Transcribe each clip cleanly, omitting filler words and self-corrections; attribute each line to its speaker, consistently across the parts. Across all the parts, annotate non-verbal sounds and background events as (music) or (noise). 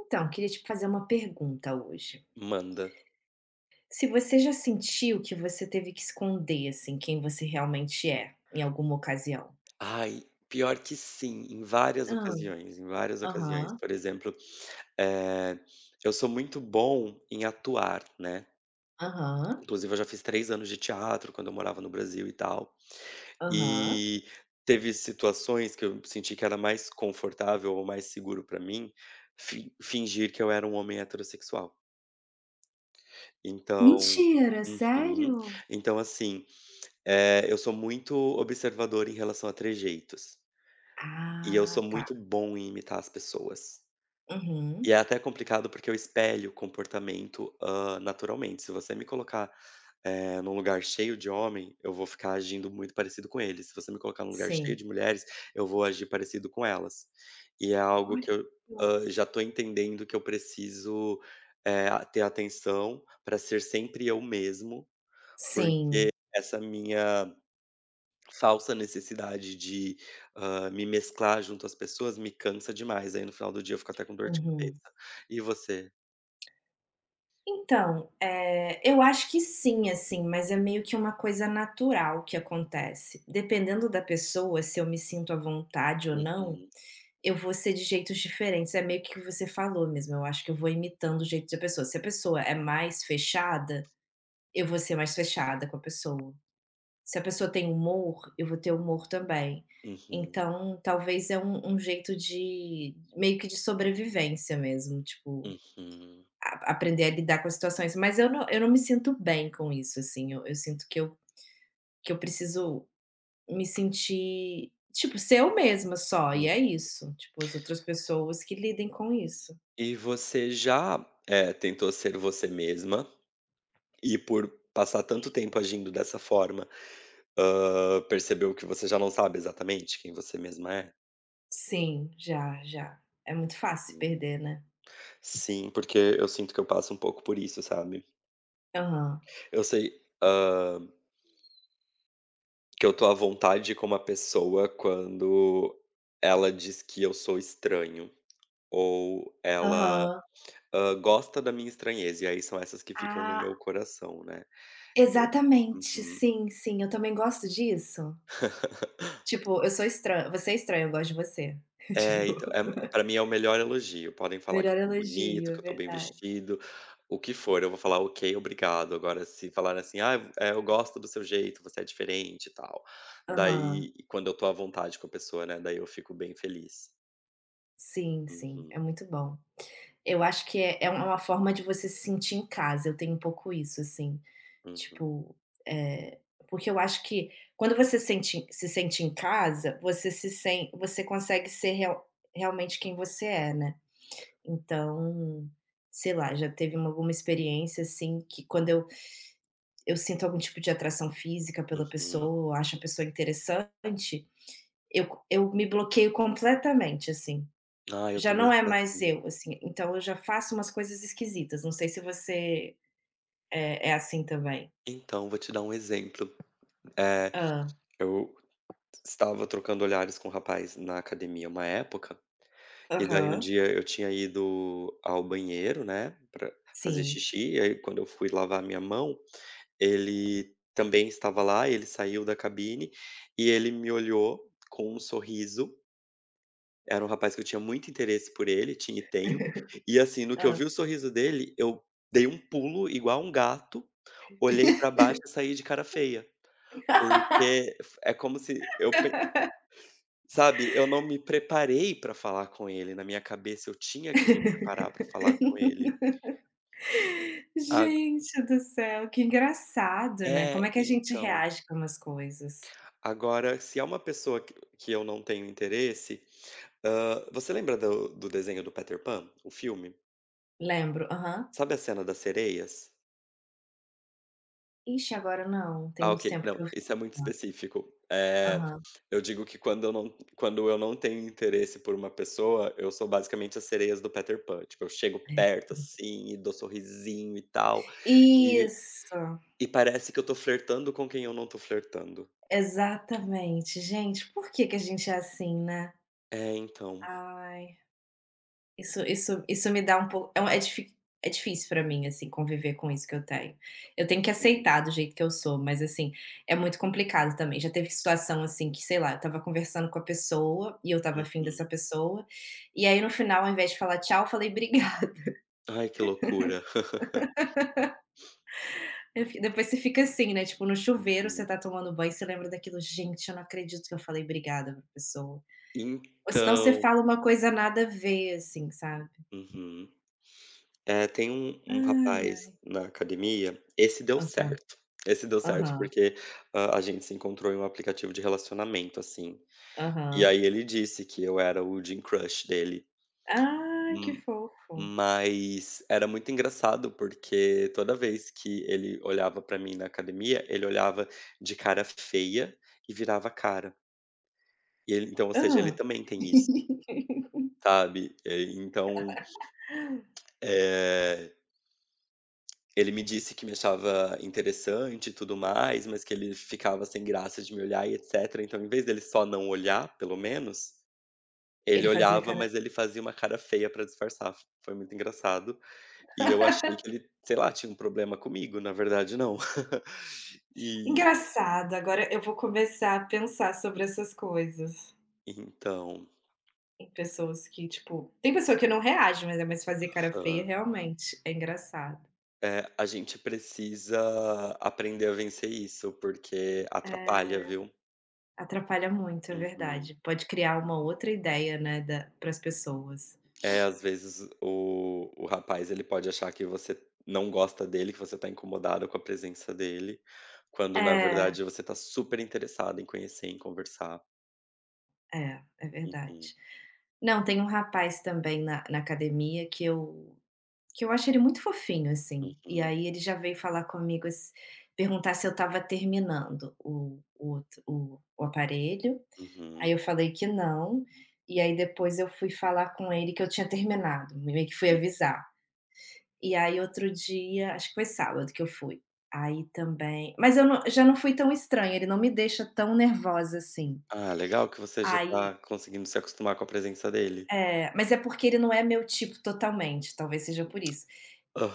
Speaker 1: Então, queria te fazer uma pergunta hoje.
Speaker 2: Manda.
Speaker 1: Se você já sentiu que você teve que esconder, assim, quem você realmente é, em alguma ocasião?
Speaker 2: Ai, pior que sim, em várias
Speaker 1: Ah,
Speaker 2: ocasiões, em várias ocasiões.
Speaker 1: aham.
Speaker 2: Por exemplo, eh, eu sou muito bom em atuar, né.
Speaker 1: Aham.
Speaker 2: Inclusive eu já fiz 3 anos de teatro quando eu morava no Brasil e tal.
Speaker 1: Aham.
Speaker 2: E teve situações que eu senti que era mais confortável ou mais seguro pra mim fi fingir que eu era um homem heterossexual. Então.
Speaker 1: Mentira,
Speaker 2: Uhum.
Speaker 1: sério?
Speaker 2: Então, assim, eu sou muito observador em relação a trejeitos. E eu
Speaker 1: Ah,
Speaker 2: sou
Speaker 1: tá.
Speaker 2: muito bom em imitar as pessoas. E
Speaker 1: Uhum.
Speaker 2: é até complicado porque eu espelho comportamento, naturalmente. Se você me colocar, num lugar cheio de homem, eu vou ficar agindo muito parecido com eles. Se você me colocar num lugar cheio
Speaker 1: Sim.
Speaker 2: de mulheres, eu vou agir parecido com elas. E é algo
Speaker 1: Olha,
Speaker 2: que eu,
Speaker 1: nossa.
Speaker 2: já tô entendendo que eu preciso, a ter atenção para ser sempre eu mesmo, porque
Speaker 1: Sim.
Speaker 2: essa minha falsa necessidade de, me mesclar junto às pessoas me cansa demais, aí no final do dia eu fico até com dor de
Speaker 1: Uhum.
Speaker 2: cabeça. E você?
Speaker 1: Então, eu acho que sim, assim, mas é meio que uma coisa natural que acontece. Dependendo da pessoa, se eu me sinto à vontade ou não,
Speaker 2: Uhum.
Speaker 1: eu vou ser de jeitos diferentes, é meio que o que você falou mesmo, eu acho que eu vou imitando o jeito da pessoa. Se a pessoa é mais fechada, eu vou ser mais fechada com a pessoa. Se a pessoa tem humor, eu vou ter humor também.
Speaker 2: Uhum.
Speaker 1: Então, talvez é um jeito de meio que de sobrevivência mesmo, tipo,
Speaker 2: Uhum.
Speaker 1: a aprender a lidar com as situações, mas eu não me sinto bem com isso, assim, eu sinto que eu preciso me sentir, tipo, ser eu mesma só, e
Speaker 2: Hum.
Speaker 1: é isso, tipo, as outras pessoas que lidem com isso.
Speaker 2: E você já, tentou ser você mesma e por passar tanto tempo agindo dessa forma, percebeu que você já não sabe exatamente quem você mesma é?
Speaker 1: Sim, já, já. É muito fácil
Speaker 2: Uhum.
Speaker 1: perder, né.
Speaker 2: Sim, porque eu sinto que eu passo um pouco por isso, sabe.
Speaker 1: Aham,
Speaker 2: Eu sei que eu tô à vontade com uma pessoa quando ela diz que eu sou estranho, ou ela,
Speaker 1: aham.
Speaker 2: gosta da minha estranheza, e aí são essas que ficam no
Speaker 1: Ah,
Speaker 2: meu coração, né.
Speaker 1: exatamente.
Speaker 2: Uhum.
Speaker 1: Sim, sim, eu também gosto disso. Tipo, eu sou estran você é estranho, eu gosto de você. (laughs)
Speaker 2: É,
Speaker 1: Tipo,
Speaker 2: então, é pra mim é o melhor elogio, podem falar que
Speaker 1: melhor
Speaker 2: eu tô bonito,
Speaker 1: elogio, é
Speaker 2: que eu tô bem
Speaker 1: verdade.
Speaker 2: vestido, o que for, eu vou falar: "Ok, obrigado". Agora se falar assim: "Ah, eu gosto do seu jeito, você é diferente e tal",
Speaker 1: Aham.
Speaker 2: daí quando eu tô à vontade com a pessoa, né, daí eu fico bem feliz.
Speaker 1: Sim, sim, é
Speaker 2: Uhum.
Speaker 1: muito bom. Eu acho que é uma forma de você se sentir em casa, eu tenho um pouco isso, assim.
Speaker 2: Uhum.
Speaker 1: Tipo, eh, porque eu acho que quando você sente se sente em casa, você se sen você consegue ser realmente quem você é, né. Então, sei lá, já teve uma alguma experiência, assim, que quando eu sinto algum tipo de atração física pela
Speaker 2: Uhum.
Speaker 1: pessoa, acho a pessoa interessante, eu me bloqueio completamente, assim.
Speaker 2: Ah, eu
Speaker 1: Já
Speaker 2: também
Speaker 1: não é
Speaker 2: sou
Speaker 1: mais
Speaker 2: assim.
Speaker 1: eu, assim, então eu já faço umas coisas esquisitas, não sei se você é assim também.
Speaker 2: Então, vou te dar um exemplo. Eh,
Speaker 1: Ah,
Speaker 2: eu estava trocando olhares com um rapaz na academia uma época, e daí um
Speaker 1: aham.
Speaker 2: dia eu tinha ido ao banheiro, né, pra fazer
Speaker 1: Sim.
Speaker 2: xixi, e aí quando eu fui lavar minha mão, ele também estava lá, ele saiu da cabine e ele me olhou com um sorriso. Era um rapaz que eu tinha muito interesse por ele, tinha e tenho, e assim, no que eu
Speaker 1: Hã.
Speaker 2: vi o sorriso dele, eu dei um pulo igual um gato, olhei pra baixo e saí de cara feia,
Speaker 1: (laughs)
Speaker 2: porque f é como se eu pe sabe, eu não me preparei pra falar com ele, na minha cabeça eu tinha que me preparar pra falar com ele. A
Speaker 1: Gente do céu, que engraçado, né, como
Speaker 2: É,
Speaker 1: é que a gente
Speaker 2: então.
Speaker 1: reage com umas coisas.
Speaker 2: Agora, se é uma pessoa que eu não tenho interesse, você lembra do desenho do Peter Pan, o filme?
Speaker 1: Lembro, aham.
Speaker 2: Sabe a cena das sereias?
Speaker 1: Ixi, agora não, tem
Speaker 2: Ah,
Speaker 1: muito
Speaker 2: ok.
Speaker 1: tempo que
Speaker 2: Não,
Speaker 1: eu vi.
Speaker 2: isso é muito específico.
Speaker 1: Aham.
Speaker 2: Eu digo que quando eu não tenho interesse por uma pessoa, eu sou basicamente as sereias do Peter Pan. Tipo, eu chego perto, assim, e dou sorrisinho e tal, e
Speaker 1: Isso,
Speaker 2: e parece que eu tô flertando com quem eu não tô flertando.
Speaker 1: exatamente. Gente, por que que a gente é assim, né?
Speaker 2: É, então.
Speaker 1: Ai. Isso me dá um pouco é um é difí é difícil pra mim, assim, conviver com isso que eu tenho. Eu tenho que
Speaker 2: Uhum.
Speaker 1: aceitar do jeito que eu sou, mas, assim, é muito complicado também. Já teve situação, assim, que, sei lá, eu estava conversando com a pessoa e eu estava afim dessa
Speaker 2: Uhum.
Speaker 1: pessoa, e aí no final, ao invés de falar tchau, eu falei obrigada. (laughs)
Speaker 2: Ai, que loucura. (laughs)
Speaker 1: Eu fi depois você fica assim, né, tipo, no chuveiro, você
Speaker 2: Uhum.
Speaker 1: tá tomando banho, você lembra daquilo: "Gente, eu não acredito que eu falei obrigada pra pessoa". Ou senão você
Speaker 2: Então.
Speaker 1: fala uma coisa nada a ver, assim, sabe.
Speaker 2: Uhum. É, tem um
Speaker 1: Ai,
Speaker 2: rapaz
Speaker 1: ai.
Speaker 2: na academia, esse deu
Speaker 1: Aham,
Speaker 2: certo. Esse deu certo
Speaker 1: aham,
Speaker 2: porque, a gente se encontrou em um aplicativo de relacionamento, assim. E
Speaker 1: aham.
Speaker 2: aí ele disse que eu era o Gym Crush dele.
Speaker 1: Ai, que
Speaker 2: Hum.
Speaker 1: fofo.
Speaker 2: Mas era muito engraçado porque toda vez que ele olhava pra mim na academia, ele olhava de cara feia e virava a cara. E ele então, ou seja, ele
Speaker 1: Hã.
Speaker 2: também tem isso,
Speaker 1: (laughs)
Speaker 2: sabe. Então, eh ele me disse que me achava interessante e tudo mais, mas que ele ficava sem graça de me olhar e etcétera. Então, em vez dele só não olhar, pelo menos, ele
Speaker 1: Ele fazia
Speaker 2: olhava,
Speaker 1: cara
Speaker 2: mas ele fazia uma cara feia pra disfarçar. Foi muito engraçado. E eu achei que ele, sei lá, tinha um problema comigo, na verdade não. (laughs) E
Speaker 1: engraçado, agora eu vou começar a pensar sobre essas coisas.
Speaker 2: então,
Speaker 1: Em pessoas que, tipo tem pessoa que não reage, mas fazer cara feia
Speaker 2: hã,
Speaker 1: realmente é engraçado.
Speaker 2: é, a gente precisa aprender a vencer isso, porque atrapalha,
Speaker 1: É,
Speaker 2: viu?
Speaker 1: atrapalha muito, é
Speaker 2: Uhum.
Speaker 1: verdade. Pode criar uma outra ideia, né, da para as pessoas.
Speaker 2: É, às vezes o rapaz, ele pode achar que você não gosta dele, que você tá incomodada com a presença dele, quando na
Speaker 1: É,
Speaker 2: verdade você tá super interessada em conhecer, em conversar.
Speaker 1: é, é verdade.
Speaker 2: Uhum.
Speaker 1: Não, tem um rapaz também na academia que eu Que eu acho ele muito fofinho, assim. E
Speaker 2: Uhum.
Speaker 1: aí ele já veio falar comigo ass perguntar se eu estava terminando o outro o aparelho, aí
Speaker 2: Uhum.
Speaker 1: eu falei que não, e aí depois eu fui falar com ele que eu tinha terminado, meio que fui
Speaker 2: Uhum.
Speaker 1: avisar. E aí outro dia, acho que foi sábado que eu fui, aí também mas eu não já não fui tão estranha, ele não me deixa tão nervosa assim.
Speaker 2: Ah, legal que você já
Speaker 1: Aí,
Speaker 2: tá conseguindo se acostumar com a presença dele.
Speaker 1: é, mas é porque ele não é meu tipo totalmente, talvez seja por isso.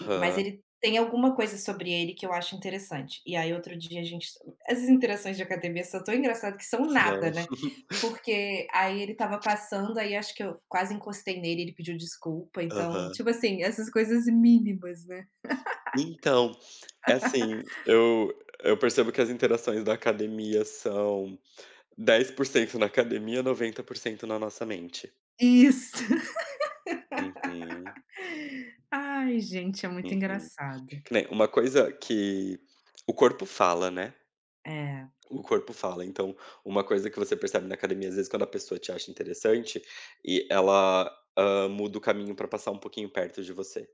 Speaker 1: Mas ele tem alguma coisa sobre ele que eu acho interessante. E aí outro dia a gente essas interações de academia são tão engraçadas que são
Speaker 2: São.
Speaker 1: nada, né,
Speaker 2: (laughs)
Speaker 1: porque aí ele estava passando, aí acho que eu quase encostei nele, ele pediu desculpa, então,
Speaker 2: Aham.
Speaker 1: tipo assim, essas coisas mínimas, né.
Speaker 2: Então, é assim, eu percebo que as interações da academia são 10% na academia, 90% na nossa mente.
Speaker 1: Isso.
Speaker 2: Uhum.
Speaker 1: (laughs) Ai, gente, é muito
Speaker 2: Uhum.
Speaker 1: engraçado.
Speaker 2: Que nem uma coisa que o corpo fala, né,
Speaker 1: É.
Speaker 2: o corpo fala. Então, uma coisa que você percebe na academia, às vezes, quando a pessoa te acha interessante e ela, muda o caminho pra passar um pouquinho perto de você,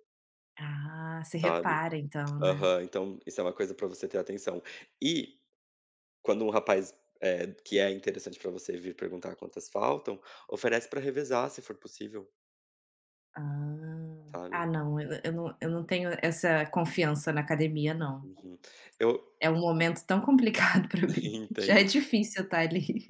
Speaker 1: Ah, você
Speaker 2: sabe.
Speaker 1: repara então, né.
Speaker 2: Aham, então isso é uma coisa pra você ter atenção. E quando um rapaz, que é interessante pra você vir perguntar quantas faltam, oferece pra revezar, se for possível,
Speaker 1: Ah. Ah,
Speaker 2: sabe.
Speaker 1: não, eu não tenho essa confiança na academia, não.
Speaker 2: Uhum. Eu
Speaker 1: É um momento tão complicado (laughs) para
Speaker 2: (laughs)
Speaker 1: mim. Já é
Speaker 2: entendo.
Speaker 1: difícil estar ali.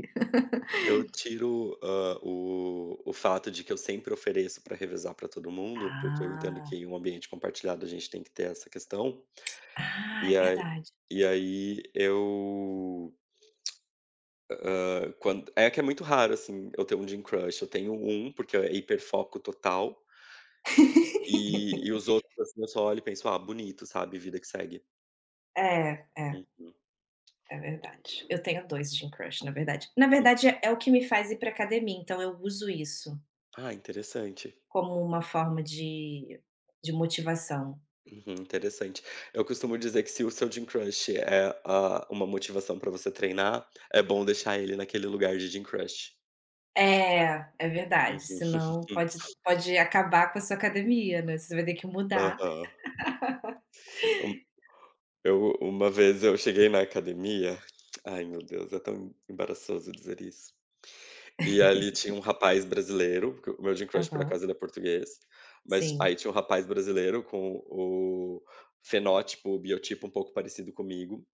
Speaker 2: Eu tiro, o fato de que eu sempre ofereço para revezar para todo mundo, porque eu entendo
Speaker 1: Ah.
Speaker 2: que em um ambiente compartilhado a gente tem que ter essa questão,
Speaker 1: Ah, é
Speaker 2: e a
Speaker 1: verdade.
Speaker 2: e aí eu, quando é que é muito raro, assim, eu ter um Gym Crush, eu tenho um porque é hiperfoco total, e os
Speaker 1: (laughs)
Speaker 2: outros, assim, eu só olho e penso: "Ah, bonito", sabe, vida que segue.
Speaker 1: É, é,
Speaker 2: Uhum.
Speaker 1: é verdade. Eu tenho 2 gym crush, na verdade. Na
Speaker 2: Uhum.
Speaker 1: verdade, é o que me faz ir para academia, então eu uso isso
Speaker 2: Ah, interessante.
Speaker 1: como uma forma de motivação.
Speaker 2: Uhum, interessante. Eu costumo dizer que se o seu gym crush é, ah, uma motivação para você treinar, é bom deixar ele naquele lugar de gym crush.
Speaker 1: É, é verdade,
Speaker 2: Uhum.
Speaker 1: senão pode
Speaker 2: (laughs)
Speaker 1: pode acabar com a sua academia, né, você vai ter que mudar.
Speaker 2: Aham. Um eu Uma vez eu cheguei na academia, ai meu Deus, é tão embaraçoso dizer isso. E ali tinha um rapaz brasileiro, porque o meu gym crush por
Speaker 1: Aham.
Speaker 2: acaso ele é português, mas
Speaker 1: Sim.
Speaker 2: aí tinha um rapaz brasileiro com o fenótipo, o biotipo um pouco parecido comigo.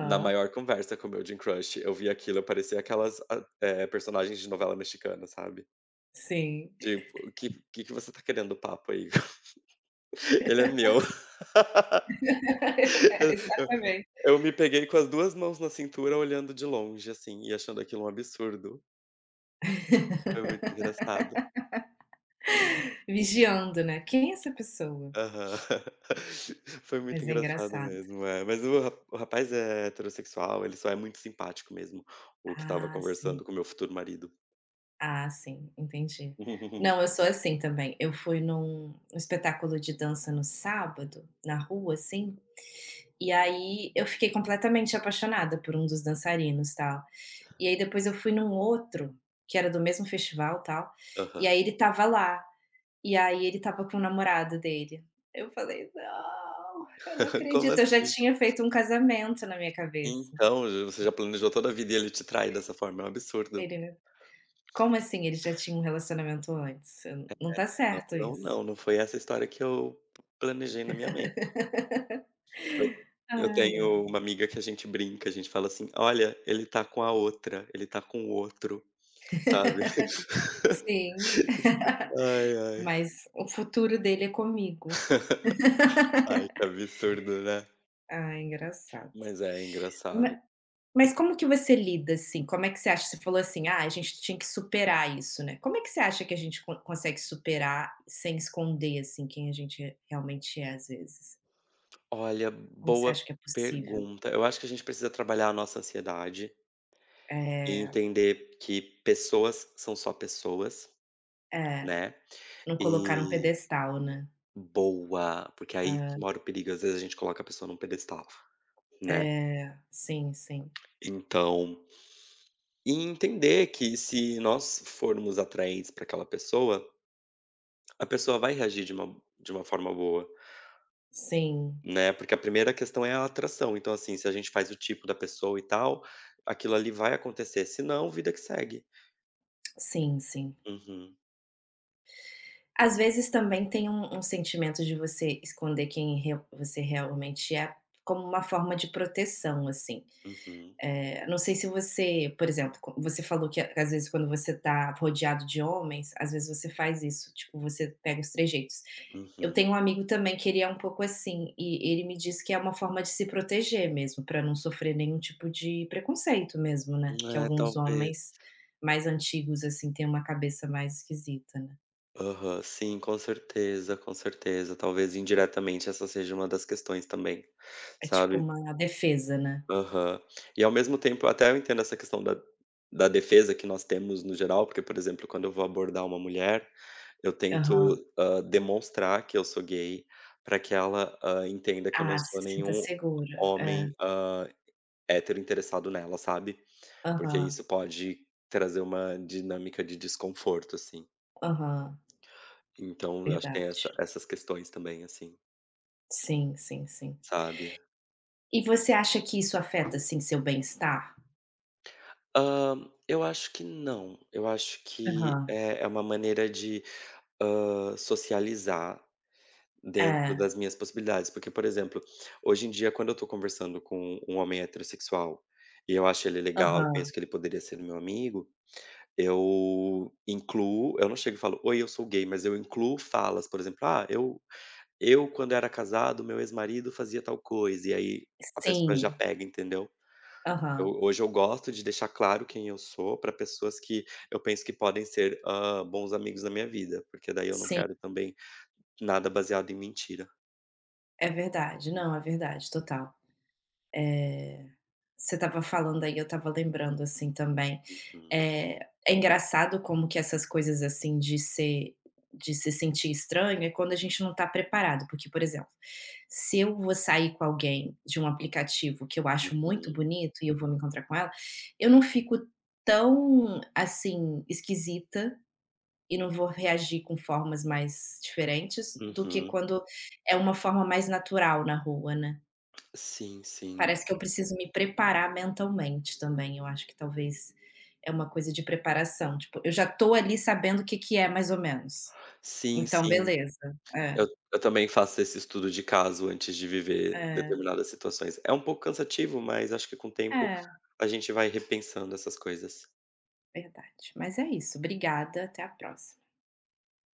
Speaker 2: Na maior conversa com o meu Gym Crush, eu vi aquilo, eu parecia aquelas a personagens de novela mexicana, sabe.
Speaker 1: Sim.
Speaker 2: Tipo: "Que que você tá querendo papo aí? (laughs) Ele é meu". (laughs)
Speaker 1: (laughs) Eu é,
Speaker 2: Eu eu
Speaker 1: exatamente.
Speaker 2: eu me peguei com as 2 mãos na cintura olhando de longe, assim, e achando aquilo um absurdo. Foi muito engraçado.
Speaker 1: Vigiando, né. "Quem é essa pessoa?"
Speaker 2: Aham. (laughs) Foi muito
Speaker 1: Mas é
Speaker 2: engraçado
Speaker 1: engraçado.
Speaker 2: mesmo, é. Mas o rapaz é heterossexual, ele só é muito simpático mesmo, o que estava
Speaker 1: Ah,
Speaker 2: conversando
Speaker 1: sim.
Speaker 2: com o meu futuro marido.
Speaker 1: Ah, sim, entendi. Não, eu
Speaker 2: (laughs)
Speaker 1: sou assim também. Eu fui num espetáculo de dança no sábado, na rua, assim, e aí eu fiquei completamente apaixonada por um dos dançarinos, tal. E aí depois eu fui num outro, que era do mesmo festival, tal, e
Speaker 2: Aham.
Speaker 1: aí ele tava lá. E aí ele estava com o namorado dele. Eu falei: "Não, eu não
Speaker 2: (laughs) Como
Speaker 1: acredito". Eu já
Speaker 2: assim?
Speaker 1: tinha feito um casamento na minha cabeça.
Speaker 2: Então, j você já planejou toda a vida e ele te trai dessa forma, é um absurdo.
Speaker 1: Ele: "Né, como assim ele já tinha um relacionamento antes? Não tá
Speaker 2: Não,
Speaker 1: certo
Speaker 2: não,
Speaker 1: isso".
Speaker 2: não, não foi essa história que eu planejei na minha mente. Eu eu
Speaker 1: Ai, ai.
Speaker 2: tenho uma amiga que a gente brinca, a gente fala assim: "Olha, ele tá com a outra, ele tá com o outro", sabe. (laughs)
Speaker 1: Sim,
Speaker 2: Ai, ai.
Speaker 1: mas o futuro dele é comigo.
Speaker 2: (laughs) Ai, que absurdo, né.
Speaker 1: Ah, engraçado.
Speaker 2: Mas é, é engraçado.
Speaker 1: Ma mas como que você lida, assim? Como é que você acha você falou assim: "Ah, a gente tinha que superar isso, né". Como é que você acha que a gente consegue superar sem esconder, assim, quem a gente realmente é, às vezes?
Speaker 2: Olha,
Speaker 1: Como você
Speaker 2: boa
Speaker 1: acha que é possível?
Speaker 2: pergunta. Eu acho que a gente precisa trabalhar a nossa ansiedade e
Speaker 1: É,
Speaker 2: entender que pessoas são só pessoas,
Speaker 1: é,
Speaker 2: né,
Speaker 1: não colocar um
Speaker 2: e
Speaker 1: pedestal, né.
Speaker 2: boa, porque aí
Speaker 1: É,
Speaker 2: que mora o perigo, às vezes a gente coloca a pessoa num pedestal, né.
Speaker 1: é, sim, sim.
Speaker 2: Então e entender que se nós formos atraentes para aquela pessoa, a pessoa vai reagir de uma forma boa,
Speaker 1: Sim,
Speaker 2: né, porque a primeira questão é a atração, então assim, se a gente faz o tipo da pessoa e tal, aquilo ali vai acontecer, se não, vida que segue.
Speaker 1: sim, sim.
Speaker 2: Uhum.
Speaker 1: Às vezes também tem um sentimento de você esconder quem re você realmente é, como uma forma de proteção, assim.
Speaker 2: Uhum.
Speaker 1: Não sei se você, por exemplo, co você falou que às vezes quando você tá rodeado de homens, às vezes você faz isso, tipo, você pega os trejeitos. Eu
Speaker 2: Uhum.
Speaker 1: tenho um amigo também que ele é um pouco assim, e ele me disse que é uma forma de se proteger mesmo, para não sofrer nenhum tipo de preconceito mesmo, né, que
Speaker 2: É,
Speaker 1: alguns
Speaker 2: talvez.
Speaker 1: homens mais antigos, assim, têm uma cabeça mais esquisita, né.
Speaker 2: Aham, sim, com certeza, com certeza. Talvez indiretamente essa seja uma das questões também,
Speaker 1: É tipo
Speaker 2: sabe.
Speaker 1: uma defesa, né.
Speaker 2: Aham. E ao mesmo tempo, até eu entendo essa questão da defesa que nós temos no geral, porque, por exemplo, quando eu vou abordar uma mulher, eu tento,
Speaker 1: Aham.
Speaker 2: demonstrar que eu sou gay para que ela, entenda que eu não
Speaker 1: Ah,
Speaker 2: sou
Speaker 1: se sinta
Speaker 2: nenhum
Speaker 1: segura. É.
Speaker 2: homem, hétero interessado nela, sabe. Porque
Speaker 1: Aham,
Speaker 2: isso pode trazer uma dinâmica de desconforto, assim.
Speaker 1: aham.
Speaker 2: Então eu acho que tem
Speaker 1: Verdade.
Speaker 2: essas questões também, assim,
Speaker 1: Sim, sim, sim.
Speaker 2: sabe.
Speaker 1: E você acha que isso afeta, assim, seu bem-estar?
Speaker 2: Eu acho que não. Eu acho que
Speaker 1: Aham.
Speaker 2: é uma maneira de socializar dentro
Speaker 1: É.
Speaker 2: das minhas possibilidades, porque, por exemplo, hoje em dia quando eu tô conversando com um homem heterossexual, e eu acho ele legal, eu
Speaker 1: Aham.
Speaker 2: penso que ele poderia ser meu amigo, eu não chego e falo: "Oi, eu sou gay", mas eu incluo falas, por exemplo: "Ah, eu quando era casado, meu ex-marido fazia tal coisa", e aí a pessoa já
Speaker 1: Sim.
Speaker 2: pega, entendeu. Eu
Speaker 1: Aham.
Speaker 2: hoje eu gosto de deixar claro quem eu sou para pessoas que eu penso que podem ser, bons amigos na minha vida, porque daí eu não
Speaker 1: Sim,
Speaker 2: quero também nada baseado em mentira.
Speaker 1: é verdade. Não, é verdade, total. Você estava falando aí, eu estava lembrando, assim, também.
Speaker 2: Uhum.
Speaker 1: Eh, É engraçado como que essas coisas, assim, de se sentir estranho é quando a gente não está preparado, porque, por exemplo, se eu vou sair com alguém de um aplicativo que eu acho muito
Speaker 2: Uhum.
Speaker 1: bonito e eu vou me encontrar com ela, eu não fico tão, assim, esquisita, e não vou reagir com formas mais diferentes do que
Speaker 2: Uhum.
Speaker 1: quando é uma forma mais natural na rua, né.
Speaker 2: Sim, sim.
Speaker 1: Parece que eu preciso me preparar mentalmente também, eu acho que talvez é uma coisa de preparação, tipo, eu já tô ali sabendo o que que é mais ou menos.
Speaker 2: Sim,
Speaker 1: Então
Speaker 2: sim.
Speaker 1: beleza. É,
Speaker 2: Eu também faço esse estudo de caso antes de viver
Speaker 1: é,
Speaker 2: determinadas situações. É um pouco cansativo, mas acho que com o tempo
Speaker 1: é,
Speaker 2: a gente vai repensando essas coisas.
Speaker 1: verdade. Mas é isso, obrigada, até a próxima.